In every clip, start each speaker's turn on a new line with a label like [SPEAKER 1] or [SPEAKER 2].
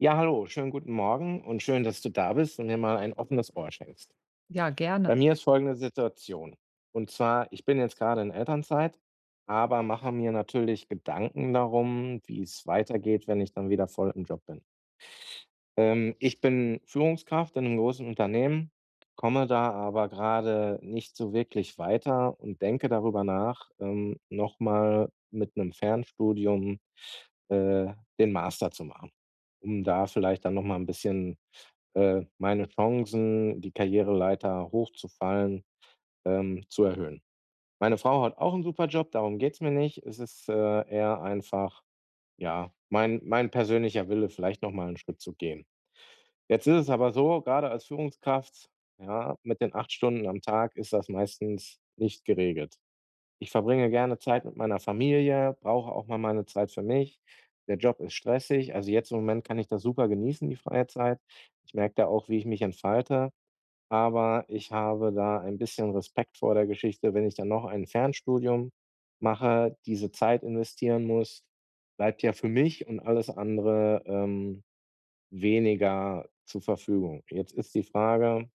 [SPEAKER 1] Ja, hallo, schönen guten Morgen und schön, dass du da bist und mir mal ein offenes Ohr schenkst.
[SPEAKER 2] Ja, gerne.
[SPEAKER 1] Bei mir ist folgende Situation. Und zwar, ich bin jetzt gerade in Elternzeit, aber mache mir natürlich Gedanken darum, wie es weitergeht, wenn ich dann wieder voll im Job bin. Ich bin Führungskraft in einem großen Unternehmen, komme da aber gerade nicht so wirklich weiter und denke darüber nach, noch mal mit einem Fernstudium, äh, den Master zu machen, um da vielleicht dann noch mal 'n bisschen, meine Chancen, die Karriereleiter hochzufallen, zu erhöhen. Meine Frau hat auch einen super Job, darum geht's mir nicht. Es ist, eher einfach, ja, mein persönlicher Wille, vielleicht noch mal 'n Schritt zu gehen. Jetzt ist es aber so, gerade als Führungskraft, ja, mit den 8 Stunden am Tag ist das meistens nicht geregelt. Ich verbringe gerne Zeit mit meiner Familie, brauche auch mal meine Zeit für mich. Der Job ist stressig. Also, jetzt im Moment kann ich das super genießen, die freie Zeit. Ich merke da auch, wie ich mich entfalte, aber ich habe da ein bisschen Respekt vor der Geschichte, wenn ich dann noch ein Fernstudium mache, diese Zeit investieren muss, bleibt ja für mich und alles andere, weniger zur Verfügung. Jetzt ist die Frage: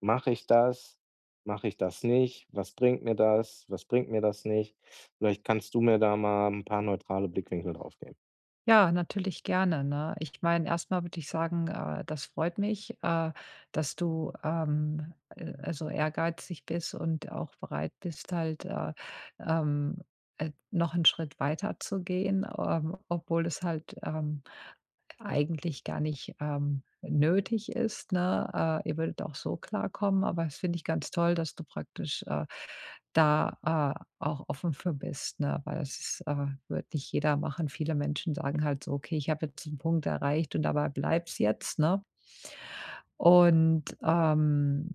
[SPEAKER 1] Mache ich das? Mache ich das nicht? Was bringt mir das? Was bringt mir das nicht? Vielleicht kannst du mir da mal ein paar neutrale Blickwinkel drauf geben.
[SPEAKER 2] Ja, natürlich gerne, ne? Ich meine, erstmal würde ich sagen, das freut mich, dass du, also ehrgeizig bist und auch bereit bist, halt, ähm, noch einen Schritt weiterzugehen, obwohl es halt, eigentlich gar nicht, nötig ist, ne? Ihr würdet auch so klarkommen, aber das finde ich ganz toll, dass du praktisch, da, auch offen für bist, ne? Weil das wird nicht jeder machen. Viele Menschen sagen halt so: „Okay, ich habe jetzt einen Punkt erreicht und dabei bleibt's jetzt", ne? Und, ähm,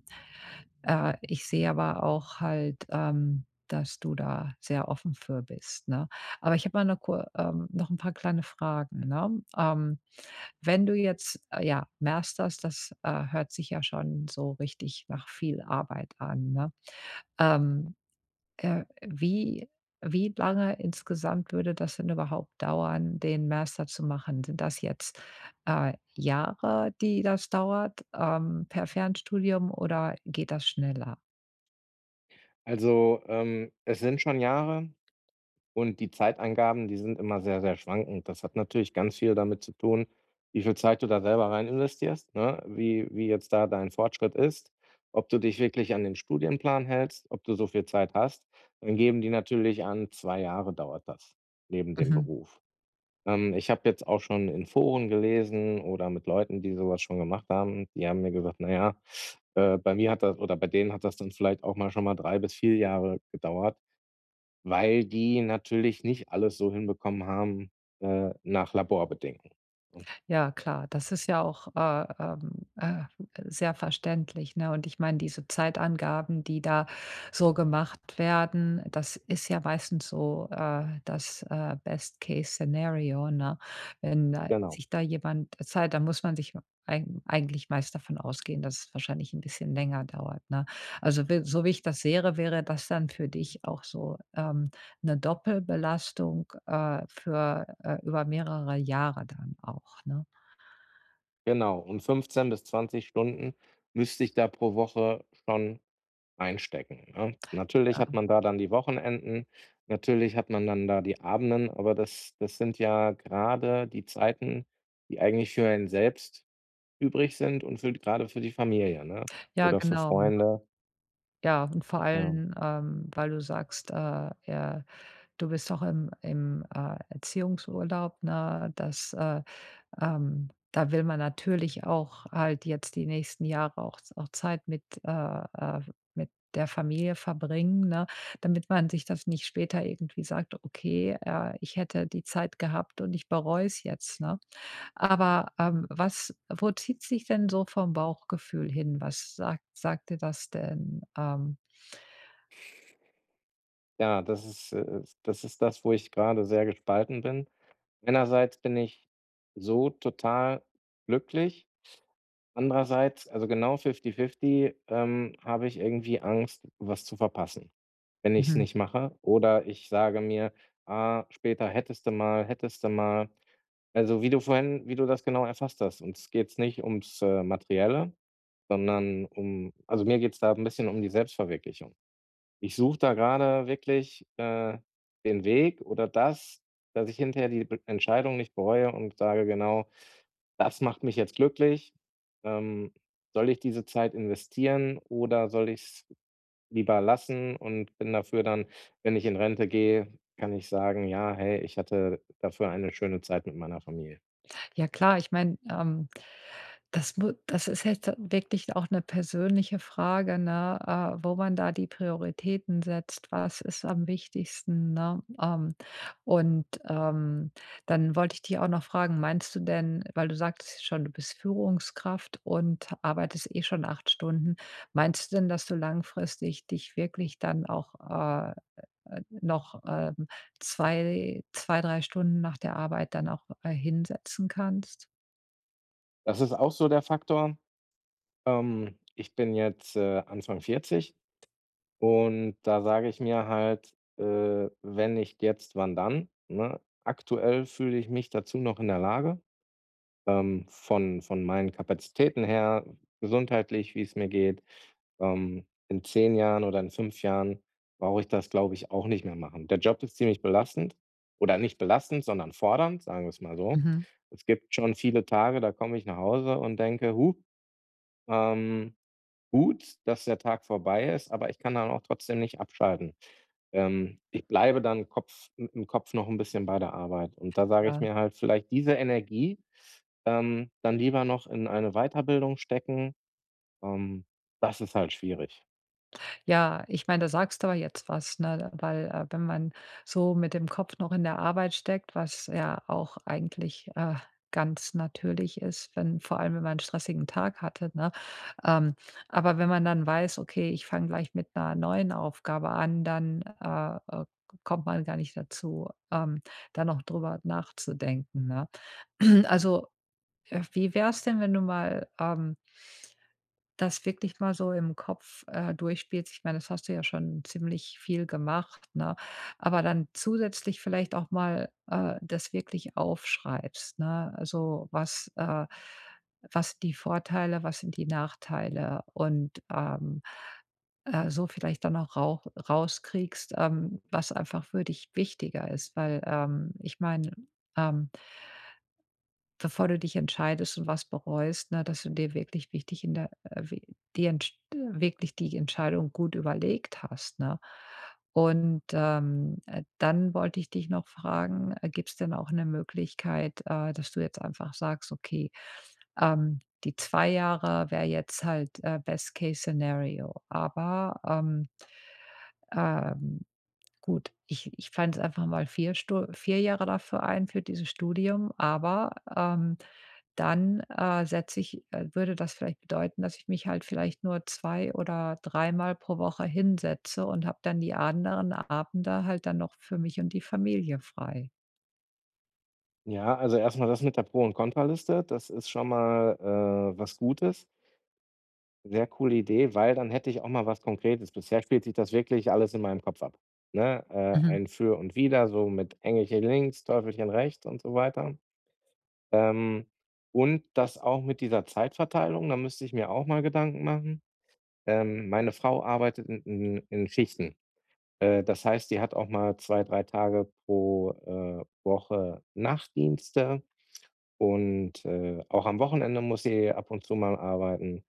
[SPEAKER 2] äh, ich sehe aber auch halt, dass du da sehr offen für bist, ne? Aber ich habe mal noch kur noch ein paar kleine Fragen, ne? Wenn du jetzt, ja, masterst, das, hört sich ja schon so richtig nach viel Arbeit an, ne? Ähm, äh, wie wie lange insgesamt würde das denn überhaupt dauern, den Master zu machen? Sind das jetzt, Jahre, die das dauert, per Fernstudium oder geht das schneller?
[SPEAKER 1] Also, es sind schon Jahre. Und die Zeitangaben, die sind immer sehr, sehr schwankend. Das hat natürlich ganz viel damit zu tun, wie viel Zeit du da selber rein investierst, ne? Wie jetzt da dein Fortschritt ist, ob du dich wirklich an den Studienplan hältst, ob du so viel Zeit hast. Dann geben die natürlich an, 2 Jahre dauert das neben dem
[SPEAKER 2] Mhm.
[SPEAKER 1] Beruf. Ich habe jetzt auch schon in Foren gelesen oder mit Leuten, die sowas schon gemacht haben, die haben mir gesagt: „Na ja, bei mir hat das“ oder bei denen hat das dann vielleicht auch mal schon mal 3 bis 4 Jahre gedauert, weil die natürlich nicht alles so hinbekommen haben, nach Laborbedingungen. Hm,
[SPEAKER 2] Ja, klar, das ist ja auch, sehr verständlich, ne? Und ich meine, diese Zeitangaben, die da so gemacht werden, das ist ja meistens so, das, Best Case Szenario, ne? Wenn da
[SPEAKER 1] genau,
[SPEAKER 2] sich da jemand Zeit dann muss man sich eigentlich meist davon ausgehen, dass es wahrscheinlich ein bisschen länger dauert, ne? Also, wi so wie ich das sehe, wäre das dann für dich auch so, 'ne Doppelbelastung, für, über mehrere Jahre dann auch, ne?
[SPEAKER 1] genau. Und 15 bis 20 Stunden müsste ich da pro Woche schon einstecken, ne? Natürlich
[SPEAKER 2] Ja,
[SPEAKER 1] hat man da dann die Wochenenden, natürlich hat man dann da die Abenden, aber das sind ja gerade die Zeiten, die eigentlich für einen selbst übrig sind und für grade für die Familie, ne,
[SPEAKER 2] ja,
[SPEAKER 1] oder für
[SPEAKER 2] genau, ne?
[SPEAKER 1] Freunde,
[SPEAKER 2] Ja, und vor
[SPEAKER 1] ja.
[SPEAKER 2] allem, weil du sagst, du bist auch im Erziehungsurlaub, ne? Das, da will man natürlich auch halt jetzt die nächsten Jahre auch Zeit äh mit der Familie verbringen, ne, damit man sich das nicht später irgendwie sagt: „Okay, ich hätte die Zeit gehabt und ich bereue es jetzt", ne? Aber, was wo zieht sich denn so vom Bauchgefühl hin? Was sagt dir das denn?
[SPEAKER 1] Ja, das ist das, wo ich gerade sehr gespalten bin. Einerseits bin ich so total glücklich, andererseits also genau fifty-fifty, habe ich irgendwie Angst, was zu verpassen, wenn ich es
[SPEAKER 2] Mhm.
[SPEAKER 1] nicht mache. Oder ich sage mir: „Ah, später hättest du mal, hättest du mal.“ Also, wie du das genau erfasst hast. Uns geht's nicht ums, Materielle, sondern um also, mir geht's da ein bisschen um die Selbstverwirklichung. Ich suche da gerade wirklich, den Weg oder das, dass ich hinterher die Be Entscheidung nicht bereue und sage: „Genau, das macht mich jetzt glücklich. Ähm, soll ich diese Zeit investieren oder soll ich's lieber lassen?“ Und bin dafür dann, wenn ich in Rente gehe, kann ich sagen: „Ja, hey, ich hatte dafür eine schöne Zeit mit meiner Familie.“
[SPEAKER 2] Ja, klar, ich meine, das ist jetzt wirklich auch eine persönliche Frage, ne, wo man da die Prioritäten setzt. Was ist am wichtigsten, ne? Und, dann wollte ich dich auch noch fragen, meinst du denn weil du sagtest ja schon, du bist Führungskraft und arbeitest eh schon 8 Stunden. Meinst du denn, dass du langfristig dich wirklich dann auch, noch, 2 2, 3 Stunden nach der Arbeit dann auch, hinsetzen kannst?
[SPEAKER 1] Das ist auch so der Faktor. Ich bin jetzt, Anfang 40. Und da sage ich mir halt, wenn nicht jetzt, wann dann, ne? Aktuell fühle ich mich dazu noch in der Lage, von meinen Kapazitäten her, gesundheitlich, wie es mir geht. In 10 Jahren oder in 5 Jahren brauche ich das, glaube ich, auch nicht mehr machen. Der Job ist ziemlich belastend oder nicht belastend, sondern fordernd, sagen wir es mal so.
[SPEAKER 2] Mhm.
[SPEAKER 1] Es gibt schon viele Tage, da komme ich nach Hause und denke: „Hu, ähm“ gut, dass der Tag vorbei ist, aber ich kann dann auch trotzdem nicht abschalten.“ Ich bleibe dann Kopf im im Kopf noch ein bisschen bei der Arbeit. Und da sage
[SPEAKER 2] Ja.
[SPEAKER 1] ich mir halt, vielleicht diese Energie, dann lieber noch in eine Weiterbildung stecken. Ähm, das ist halt schwierig.
[SPEAKER 2] Ja, ich meine, da sagst du aber jetzt was, ne? Weil, wenn man so mit dem Kopf noch in der Arbeit steckt, was ja auch eigentlich, ganz natürlich ist, wenn vor allem, wenn man einen stressigen Tag hatte, ne? Ähm, aber wenn man dann weiß: „Okay, ich fange gleich mit einer neuen Aufgabe an", dann, kommt man gar nicht dazu, da noch drüber nachzudenken, ne? Also, wie wär's denn, wenn du mal, das wirklich mal so im Kopf, durchspielst. Ich meine, das hast du ja schon ziemlich viel gemacht, ne? Aber dann zusätzlich vielleicht auch mal, das wirklich aufschreibst, ne? Also, was sind die Vorteile, was sind die Nachteile und, so vielleicht dann auch rauskriegst, was einfach für dich wichtiger ist, weil, ich meine, ähm bevor du dich entscheidest und was bereust, ne, dass du dir wirklich wichtig in der we die Entsch wirklich die Entscheidung gut überlegt hast, ne? Und, dann wollte ich dich noch fragen, gibt es denn auch eine Möglichkeit, dass du jetzt einfach sagst: „Okay, ähm, die 2 Jahre wäre jetzt halt, Best Case Szenario, aber, ähm, gut, ich plane es einfach mal 4 Stu 4 Jahre dafür ein für dieses Studium, aber, ähm, dann, setze ich würde das vielleicht bedeuten, dass ich mich halt vielleicht nur 2 oder dreimal pro Woche hinsetze und habe dann die anderen Abende halt dann noch für mich und die Familie frei.
[SPEAKER 1] Ja, also erstmal das mit der Pro und Kontraliste, das ist schon mal, was Gutes. Sehr coole Idee, weil dann hätte ich auch mal was Konkretes. Bisher spielt sich das wirklich alles in meinem Kopf ab, ne? Äh,
[SPEAKER 2] Mhm.
[SPEAKER 1] ein Für und Wider, so mit Engelchen links, Teufelchen rechts und so weiter. Ähm, und das auch mit dieser Zeitverteilung, da müsste ich mir auch mal Gedanken machen. Meine Frau arbeitet in Schichten. Das heißt, die hat auch mal 2, 3 Tage pro, Woche Nachtdienste und, auch am Wochenende muss sie ab und zu mal arbeiten.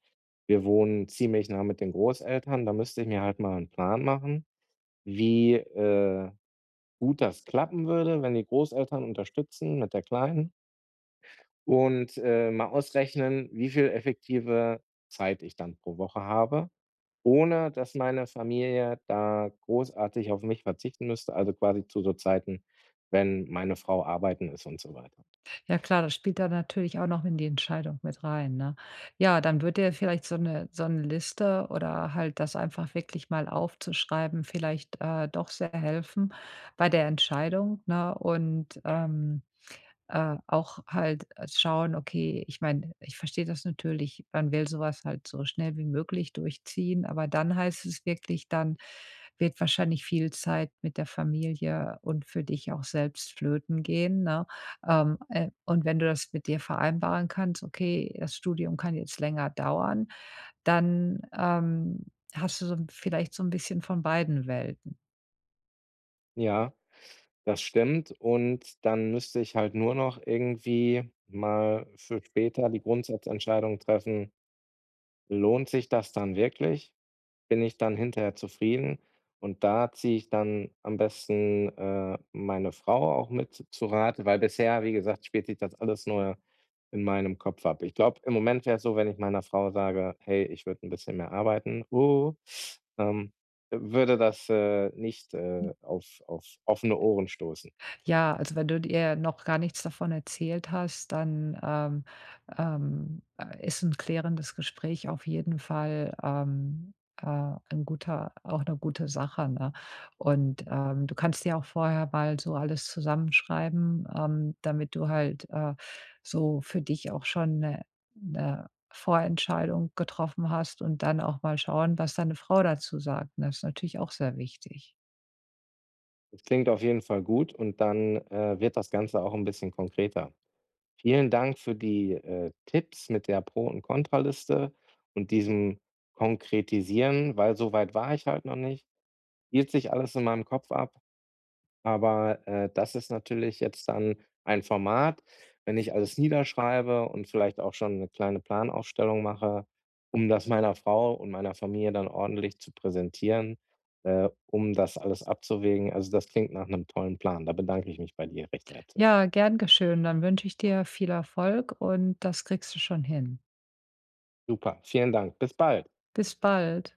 [SPEAKER 1] Wir wohnen ziemlich nah mit den Großeltern. Da müsste ich mir halt mal 'n Plan machen, wie, gut das klappen würde, wenn die Großeltern unterstützen mit der Kleinen und, mal ausrechnen, wie viel effektive Zeit ich dann pro Woche habe, ohne dass meine Familie da großartig auf mich verzichten müsste, also quasi zu so Zeiten, wenn meine Frau arbeiten ist und so weiter.
[SPEAKER 2] Ja, klar, das spielt da natürlich auch noch in die Entscheidung mit rein, ne? Ja, dann würde ja vielleicht so eine Liste oder halt das einfach wirklich mal aufzuschreiben vielleicht, doch sehr helfen bei der Entscheidung, ne? Und, auch halt, schauen, okay ich meine, ich verstehe das natürlich, man will sowas halt so schnell wie möglich durchziehen, aber dann heißt es wirklich, dann wird wahrscheinlich viel Zeit mit der Familie und für dich auch selbst flöten gehen, ne? Und wenn du das mit dir vereinbaren kannst: „Okay, das Studium kann jetzt länger dauern", dann, hast du so vielleicht so ein bisschen von beiden Welten.
[SPEAKER 1] Ja. Das stimmt, und dann müsste ich halt nur noch irgendwie mal für später die Grundsatzentscheidung treffen: „Lohnt sich das dann wirklich? Bin ich dann hinterher zufrieden?“ Und da ziehe ich dann am besten, meine Frau auch mit zu Rate, weil bisher, wie gesagt, spielt sich das alles nur in meinem Kopf ab. Ich glaube, im Moment wäre es so, wenn ich meiner Frau sage: „Hey, ich würde ein bisschen mehr arbeiten“, ähm, würde das, nicht, auf offene Ohren stoßen.
[SPEAKER 2] Ja, also wenn du dir noch gar nichts davon erzählt hast, dann ist ein klärendes Gespräch auf jeden Fall, ein guter auch eine gute Sache, ne? Und, du kannst dir auch vorher mal so alles zusammenschreiben, damit du halt, so für dich auch schon eine 'ne Vorentscheidung getroffen hast und dann auch mal schauen, was deine Frau dazu sagt. Und das ist natürlich auch sehr wichtig.
[SPEAKER 1] Das klingt auf jeden Fall gut, und dann, wird das Ganze auch ein bisschen konkreter. Vielen Dank für die, Tipps mit der Pro und Kontraliste und diesem Konkretisieren, weil so weit war ich halt noch nicht. Spielt sich alles in meinem Kopf ab. Aber, das ist natürlich jetzt dann ein Format, wenn ich alles niederschreibe und vielleicht auch schon eine kleine Planaufstellung mache, um das meiner Frau und meiner Familie dann ordentlich zu präsentieren, um das alles abzuwägen. Also, das klingt nach einem tollen Plan. Da bedanke ich mich bei dir recht herzlich.
[SPEAKER 2] Ja, gern geschehen. Dann wünsche ich dir viel Erfolg und das kriegst du schon hin.
[SPEAKER 1] Super, vielen Dank. Bis bald.
[SPEAKER 2] Bis bald.